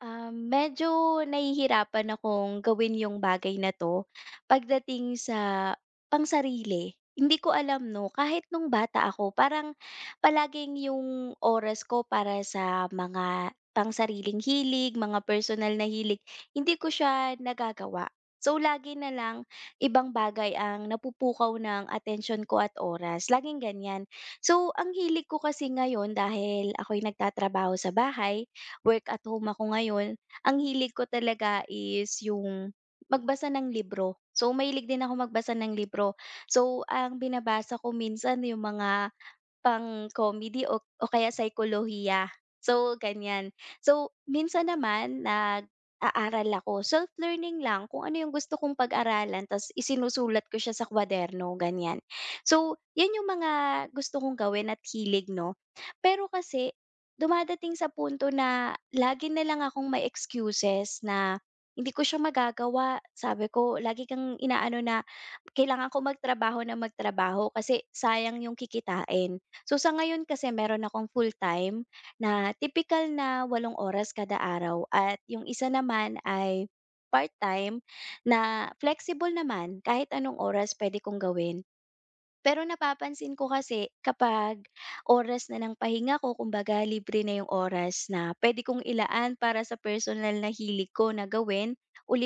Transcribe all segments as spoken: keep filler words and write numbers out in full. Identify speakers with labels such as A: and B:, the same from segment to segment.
A: Um, medyo nahihirapan akong gawin yung bagay na 'to pagdating sa pangsarili. Hindi ko alam 'no, kahit nung bata ako parang palaging yung oras ko para sa mga pangsariling hilig, mga personal na hilig, hindi ko siya nagagawa. So, lagi na lang ibang bagay ang napupukaw ng attention ko at oras, laging ganyan. So, ang hilig ko kasi ngayon dahil ako'y nagtatrabaho sa bahay, work at home ako ngayon, ang hilig ko talaga is yung magbasa ng libro. So, mahilig din ako magbasa ng libro. So, ang binabasa ko minsan yung mga pang-comedy o o kaya saykolohiya. So, ganyan. So, minsan naman nag-aaral ako, self-learning lang kung ano yung gusto kong pag-aralan ta's isinusulat ko siya sa kwaderno, ganyan. So, 'yan yung mga gusto kong gawin at hilig 'no. Pero kasi dumadating sa punto na lagi na lang akong may excuses na hindi ko siya magagawa. Sabi ko lagi kang inaano na kailangan ko magtrabaho na magtrabaho kasi sayang yung kikitain. So sa ngayon kasi meron akong full-time na typical na walong oras kada araw at yung isa naman ay part-time na flexible naman kahit anong oras pwede kong gawin. Pero napapansin ko kasi kapag oras na ng pahinga ko, kumbaga libre na 'yung oras na pwede kong ilaan para sa personal na hilig ko na gawin o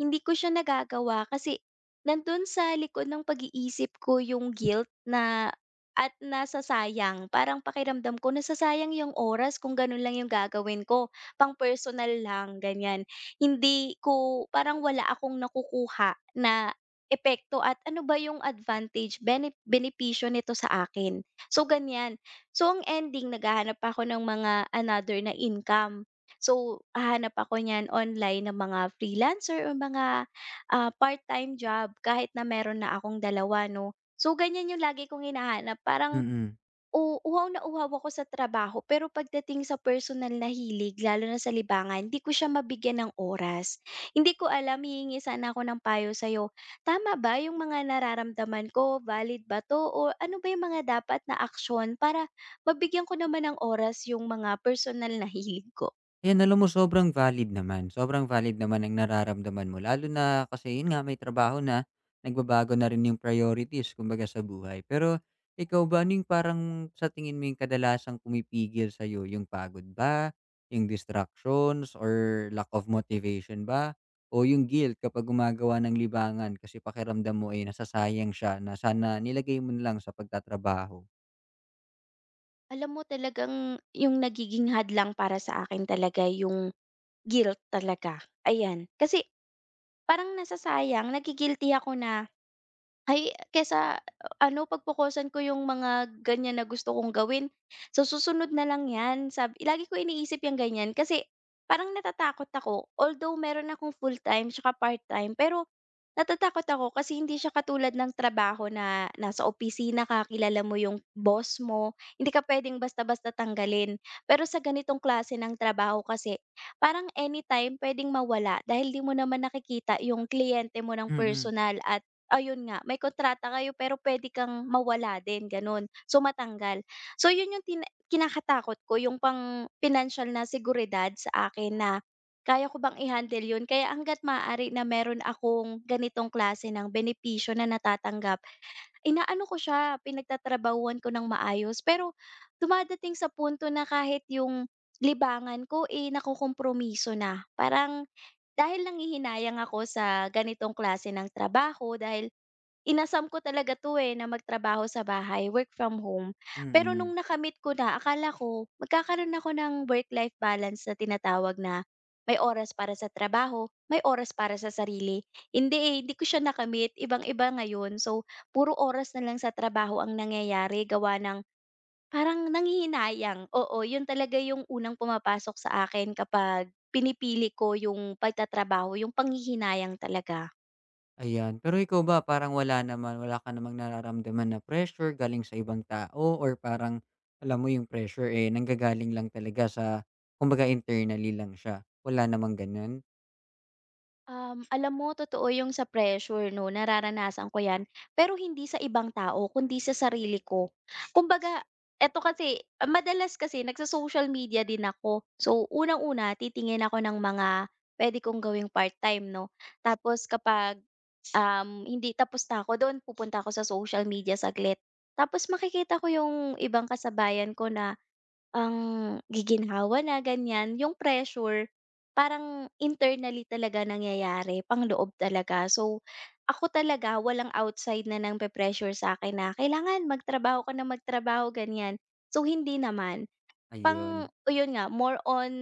A: hindi ko siya nagagawa kasi nandun sa likod ng pag-iisip ko 'yung guilt na at nasasayang. Parang pakiramdam ko nasasayang 'yung oras kung ganun lang 'yung gagawin ko, pang-personal lang, ganyan. Hindi ko, parang wala akong nakukuha na epekto at ano ba yung advantage, bene benepisyo nito sa akin. So, ganyan. So, ang ending naghahanap ako ng mga another na income. So, hahanap ako niyan online ng mga freelancer o mga, ah, part-time job kahit na meron na akong dalawa 'no. So, ganyan yung lagi kong hinahanap, parang
B: Mm.
A: u uhaw na uhaw ako sa trabaho pero pagdating sa personal na hilig lalo na sa libangan, hindi ko siya mabigyan ng oras. Hindi ko alam, hihingi sana ako ng payo sa'yo. Tama ba yung mga nararamdaman ko? Valid ba 'to o ano ba yung mga dapat na aksyon para mabigyan ko naman ng oras yung mga personal na hilig ko?
B: Ayan, alam mo sobrang valid naman, sobrang valid naman ang nararamdaman mo lalo na kasi yun nga may trabaho na, nagbabago na rin yung priorities kumbaga sa buhay. Pero ikaw ba, ano yung parang sa tingin mo yung kadalasang pumipigil sa'yo, yung pagod ba, yung distractions or lack of motivation ba, o yung guilt kapag gumagawa ng libangan kasi pakiramdam mo ay nasasayang siya na sana nilagay mo na lang sa pagtatrabaho?
A: Alam mo talagang yung nagiging hadlang para sa akin talaga yung guilt talaga, ayan. Kasi parang nasasayang, nagi-guilty ako na ay, kesa ano pagpokusan ko yung mga ganyan na gusto kong gawin, sa susunod na lang 'yan sabi lagi ko iniisip yung ganyan kasi parang natatakot ako although meron akong full-time tsaka part-time pero natatakot ako kasi hindi siya katulad ng trabaho na nasa opisina ka, kilala mo yung boss mo, hindi ka pwedeng basta-basta tanggalin. Pero sa ganitong klase ng trabaho kasi parang anytime pwedeng mawala dahil 'di mo naman nakikita yung kliyente mo ng
B: Mm,
A: personal at ayun nga, may kontrata kayo pero pwede kang mawala din gano'n, so matanggal. So 'yun yung tina kinakatakot ko, yung pang financial na seguridad sa akin na kaya ko bang i-handle 'yun. Kaya hangga't maaari na meron akong ganitong klase ng benepisyo na natatanggap, inaano ko siya, pinagtatrabahuhan ko ng maayos. Pero dumadating sa punto na kahit yung libangan ko, eh, nakokompromiso na. Parang dahil nanghihinayang ako sa ganitong klase ng trabaho, dahil inasam ko talaga 'to, eh, na magtrabaho sa bahay, work from home. Pero
B: mm.
A: nung nakamit ko na, akala ko magkakaroon ako ng work-life balance na tinatawag na may oras para sa trabaho, may oras para sa sarili. Hindi, eh, hindi ko siya nakamit, ibang-iba ngayon. So, puro oras na lang sa trabaho ang nangyayari gawa ng parang nanghihinayang. Oo, yun talaga yung unang pumapasok sa akin kapag pinipili ko yung pagtatrabaho, yung panghihinayang talaga.
B: Ayan. Pero ikaw ba parang wala naman wala ka namang nararamdaman na pressure galing sa ibang tao or parang alam mo yung pressure, eh, nanggagaling lang talaga sa kumbaga internally lang siya, wala namang gano'n?
A: Um, alam mo totoo yung sa pressure 'no, nararanasan ko 'yan, pero hindi sa ibang tao kundi sa sarili ko. Kumbaga eto kasi, ah, madalas kasi nagso-social media din ako. So, unang-una titingin ako ng mga puwede kong gawing part-time 'no, tapos kapag, um, hindi tapos na ako do'n pupunta ako sa social media saglit. Tapos makikita ko yung ibang kasabayan ko na ang giginhawa na ganyan, yung pressure parang internally talaga nangyayari, panloob talaga. So, ako talaga walang outside na nangpe-pressure sa'kin na kailangan magtrabaho ka ng magtrabaho ganyan. So, hindi naman. Pang
B: Ayun.
A: o yun nga, more on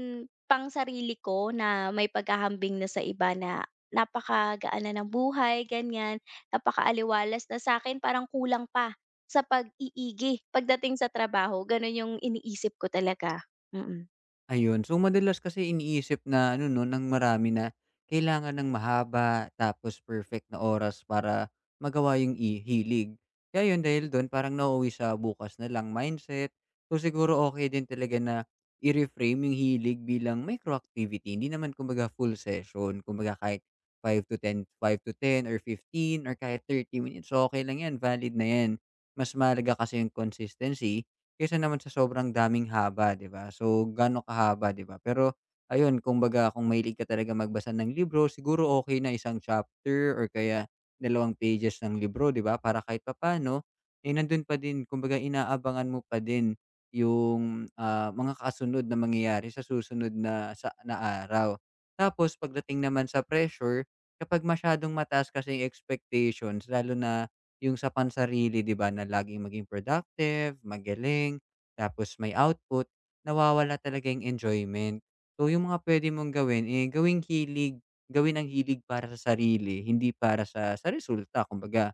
A: pangsarili ko na may paghahambing na sa iba na napakagaan na ng buhay, ganyan, napakaaliwalas na sa akin parang kulang pa sa pag-iigi pagdating sa trabaho, gano'n yung iniisip ko talaga, mm.
B: Ayun. So, madalas kasi iniisip na ano 'no, ng marami na kailangan ng mahaba tapos perfect na oras para magawa yung i hilig. Kaya yun, dahil dun parang nauuwi sa bukas na lang mindset. So, siguro okay din talaga na i-reframe yung hilig bilang microactivity. Hindi naman kumbaga full session. Kumbaga kahit five to ten, five to ten or fifteen or kahit thirty minutes, so okay lang yan, valid na yan. Mas mahalaga kasi yung consistency kaysa naman sa sobrang daming haba, 'di ba? So, gaano kahaba, 'di ba? Pero ayun, kumbaga kung mahilig ka talaga magbasa ng libro, siguro okay na isang chapter or kaya dalawang pages ng libro, 'di ba? Para kahit papaano, eh, nandun pa din kumbaga inaabangan mo pa din yung, ah, mga kasunod na mangyayari sa susunod na sa na araw. Tapos pagdating naman sa pressure, kapag masyadong mataas kasi yung expectations lalo na yung sa pansarili 'di ba na laging maging productive, magaling, tapos may output, nawawala talaga yung enjoyment. So, yung mga pwede mong gawin, eh, gawing hilig, gawin ang hilig para sa sarili, hindi para sa sa resulta kumbaga.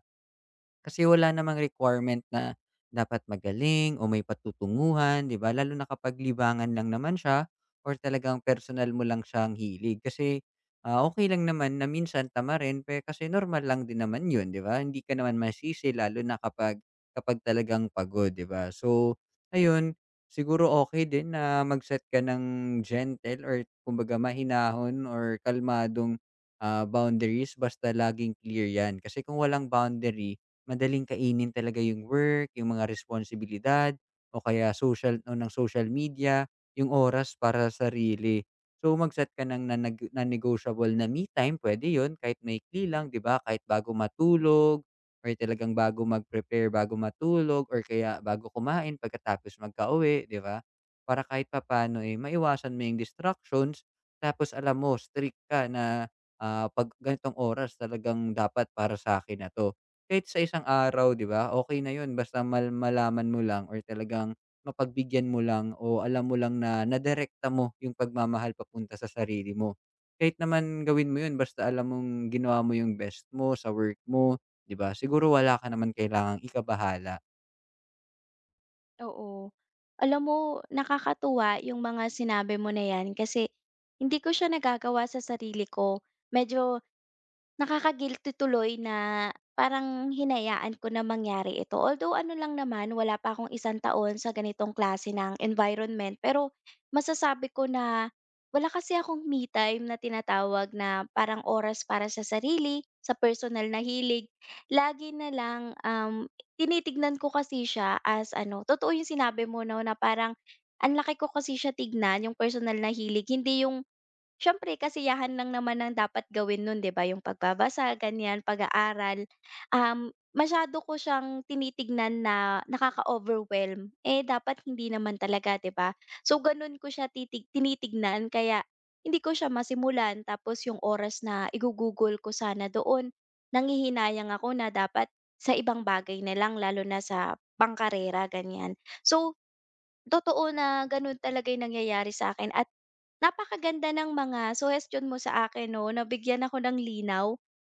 B: Kasi wala namang requirement na dapat magaling o may patutunguhan, 'di ba? Lalo na kapag libangan lang naman siya or talagang personal mo lang siyang hilig. Kasi, ah, okey lang naman na minsan tamarin pe kasi normal lang din naman 'yun, 'di ba? Hindi ka naman masisi lalo na kapag kapag talagang pagod, 'di ba? So, ayun, siguro okay din na mag-set ka ng gentle or kumbaga mahinahon or kalmadong, ah, boundaries basta laging clear 'yan. Kasi kung walang boundary madaling kainin talaga yung work, yung mga responsibilidad o kaya social o ng social media, yung oras para sa sarili. So, mag-set ka ng nanag non-negotiable na me time, pwede yun kahit maikli lang, 'di ba? Kahit bago matulog or talagang bago mag-prepare bago matulog or kaya bago kumain pagkatapos magkauwi, 'di ba? Para kahit papaano, eh, maiwasan mo yung distractions tapos alam mo strict ka na, ah, 'pag ganitong oras talagang dapat para sa'kin na 'to. Kahit sa isang araw 'di ba, okay na yun basta mal malaman mo lang or talagang mapagbigyan mo lang o alam mo lang na nadirekta mo yung pagmamahal papunta sa sarili mo. Kahit naman gawin mo yun basta alam mong ginawa mo yung best mo sa work mo, 'di ba? Siguro wala ka naman kailangang ikabahala.
A: Oo. Alam mo nakakatuwa yung mga sinabi mo na 'yan kasi hindi ko siya nagagawa sa sarili ko. Medyo nakaka-guilty tuloy na parang hinayaan ko na mangyari ito. Although ano lang naman, wala pa akong isang taon sa ganitong klase ng environment, pero masasabi ko na wala kasi akong me time na tinatawag na parang oras para sa sarili, sa personal na hilig. Lagi na lang, um, tinitignan ko kasi siya as ano, totoo yung sinabi mo 'no, na parang ang laki ko kasi siya tignan, yung personal na hilig. Hindi yung siyempre kasiyahan lang naman ang dapat gawin nun 'di ba, yung pagbabasa ganyan, pag-aaral. Um, masyado ko siyang tinitignan na nakaka-overwhelm, eh, dapat hindi naman talaga 'di ba? So ganun ko siya titig tinitignan kaya hindi ko siya masimulan tapos yung oras na igugugol ko sana doon, nanghihinayang ako na dapat sa ibang bagay na lang lalo na sa pangkarera ganyan. So, totoo na ganun talaga yung nangyayari sa akin at napakaganda ng mga suhestiyon mo sa akin 'no, nabigyan ako ng linaw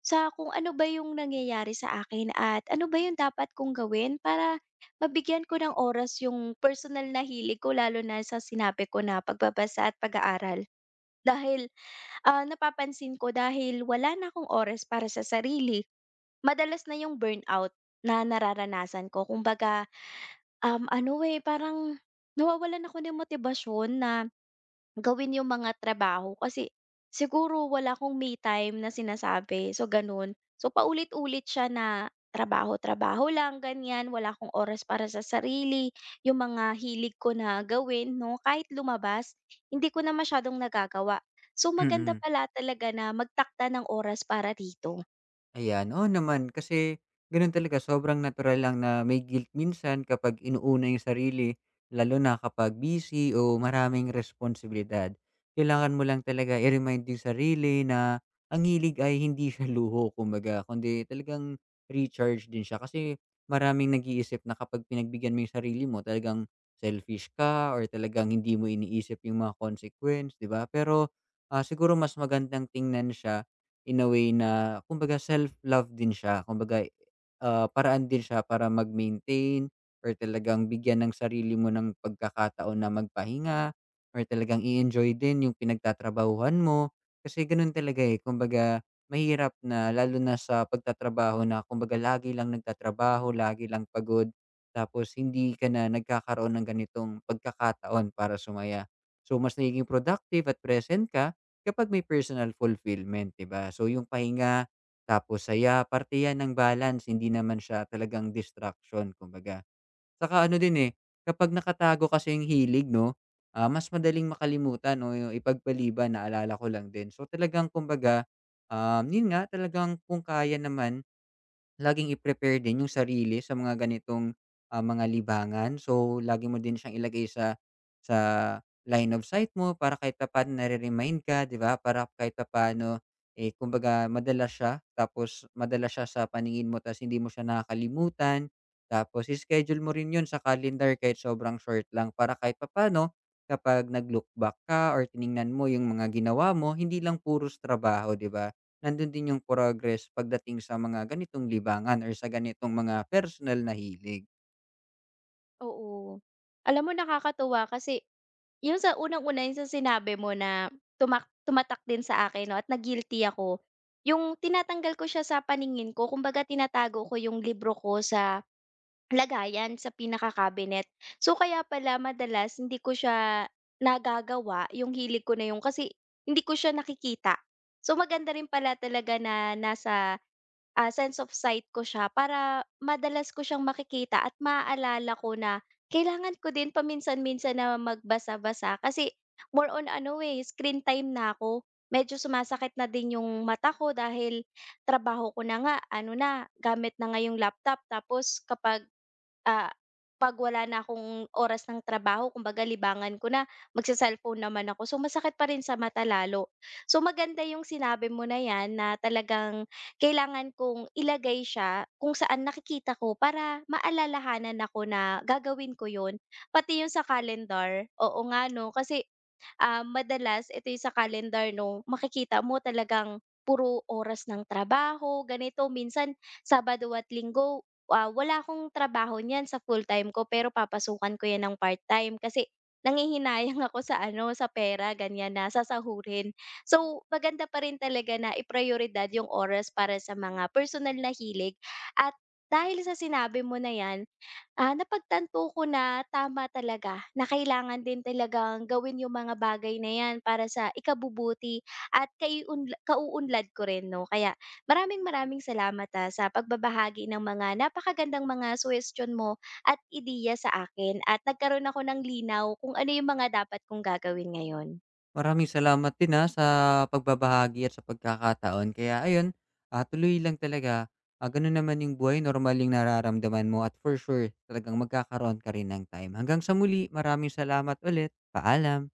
A: sa kung ano ba yung nangyayari sa akin at ano ba yung dapat kong gawin para mabigyan ko ng oras yung personal na hilig ko lalo na sa sinabi ko na pagbabasa at pag-aaral. Dahil, ah, napapansin ko dahil wala na akong oras para sa sarili, madalas na yung burnout na nararanasan ko. Kumbaga Um, ano, eh, parang nawawalan ako ng motibasyon na gawin yung mga trabaho kasi siguro wala akong me time na sinasabi, so gano'n. So paulit-ulit siya na trabaho-trabaho lang, ganyan, wala akong oras para sa sarili, yung mga hilig ko na gawin 'no, kahit lumabas hindi ko na masyadong nagagawa. So maganda
B: Mm.
A: pala talaga na magtakda ng oras para dito.
B: Ayan, oo naman kasi gano'n talaga sobrang natural lang na may guilt minsan kapag inuuna yung sarili, lalo na kapag busy o maraming responsibilidad. Kailangan mo lang talaga i-remind yung sarili na ang hilig ay hindi siya luho kumbaga, kundi talagang recharge din siya kasi maraming nag-iisip na kapag pinagbigyan mo yung sarili mo talagang selfish ka or talagang hindi mo iniisip yung mga consequence, 'di ba? Pero, ah, siguro mas magandang tingnan siya in a way na kumbaga self-love din siya. Kumbaga, ah, paraan din siya para mag-maintain or talagang bigyan ng sarili mo ng pagkakataon na magpahinga or talagang i-enjoy din yung pinagtatrabahuhan mo. Kasi ganun talaga eh. Kumbaga, mahirap na lalo na sa pagtatrabaho na kumbaga lagi lang nagtatrabaho, lagi lang pagod. Tapos hindi ka na nagkakaroon ng ganitong pagkakataon para sumaya. So mas nagiging productive at present ka kapag may personal fulfillment, 'di ba? So yung pahinga, tapos saya, parte 'yan ng balance, hindi naman siya talagang distraction kumbaga. Saka ano din, eh, kapag nakatago kasi yung hilig 'no, ah, mas madaling makalimutan o ipagpaliban, naalala ko lang din. So talagang kumbaga, um, yun nga, talagang kung kaya naman laging i-prepare din yung sarili sa mga ganitong, ah, mga libangan. So, lagi mo din siyang ilagay sa sa line of sight mo para kahit papaano nare-remind ka, 'di ba? Para kahit papaano, eh, kumbaga madala siya tapos madala siya sa paningin mo ta's hindi mo siya nakakalimutan. Tapos i-schedule mo rin 'yun sa calendar kahit sobrang short lang para kahit papaano kapag nag-look back ka or tiningnan mo yung mga ginawa mo, hindi lang puros trabaho, 'di ba? Nandun din yung progress pagdating sa mga ganitong libangan or sa ganitong mga personal na hilig.
A: Oo. Alam mo nakakatuwa kasi yung sa unang-una yung sa sinabi mo na tumak tumatak din sa akin 'no at na-guilty ako, yung tinatanggal ko siya sa paningin ko, kumbaga tinatago ko yung libro ko sa lagayan, sa pinaka-cabinet. So, kaya pala madalas hindi ko siya nagagawa, yung hilig ko na yung kasi hindi ko siya nakikita. So, maganda rin pala talaga na nasa, ah, sense of sight ko siya para madalas ko siyang makikita at maaalala ko na kailangan ko din paminsan-minsan na magbasa-basa kasi more on ano, eh, screen time na ako. Medyo sumasakit na din yung mata ko dahil trabaho ko na nga ano na, gamit na nga yung laptop tapos kapag, ah, 'pag wala na akong oras ng trabaho kumbaga libangan ko na, magse-cellphone naman ako. So, masakit pa rin sa mata lalo. So, maganda yung sinabi mo na 'yan na talagang kailangan kong ilagay siya kung saan nakikita ko para maalalahanan ako na gagawin ko 'yun. Pati yung sa calendar, oo nga 'no, kasi, ah, madalas ito yung sa calendar 'no, makikita mo talagang puro oras ng trabaho, ganito. Minsan Sabado at Linggo, ah, wala akong trabaho niyan sa full-time ko pero papasukan ko 'yan ng part-time kasi nanghihinayang ako sa ano, sa pera ganyan na sasahurin. So, maganda pa rin talaga na iprayoridad yung oras para sa mga personal na hilig at dahil sa sinabi mo na 'yan, Ah, napagtanto ko na tama talaga na kailangan din talagang gawin yung mga bagay na yan para sa ikabubuti at kaiunla kauunlad ko rin 'no. Kaya maraming maraming salamat, ah, sa pagbabahagi ng mga napakagandang mga suhestiyon mo at ideya sa akin at nagkaroon ako ng linaw kung ano yung mga dapat kong gagawin ngayon.
B: Maraming salamat din, ah, sa pagbabahagi at sa pagkakataon. Kaya ayun, ah, tuloy lang talaga, ah, ganun naman yung buhay, normaling nararamdaman mo at for sure talagang magkakaroon ka rin ng time. Hanggang sa muli, maraming salamat ulit. Paalam.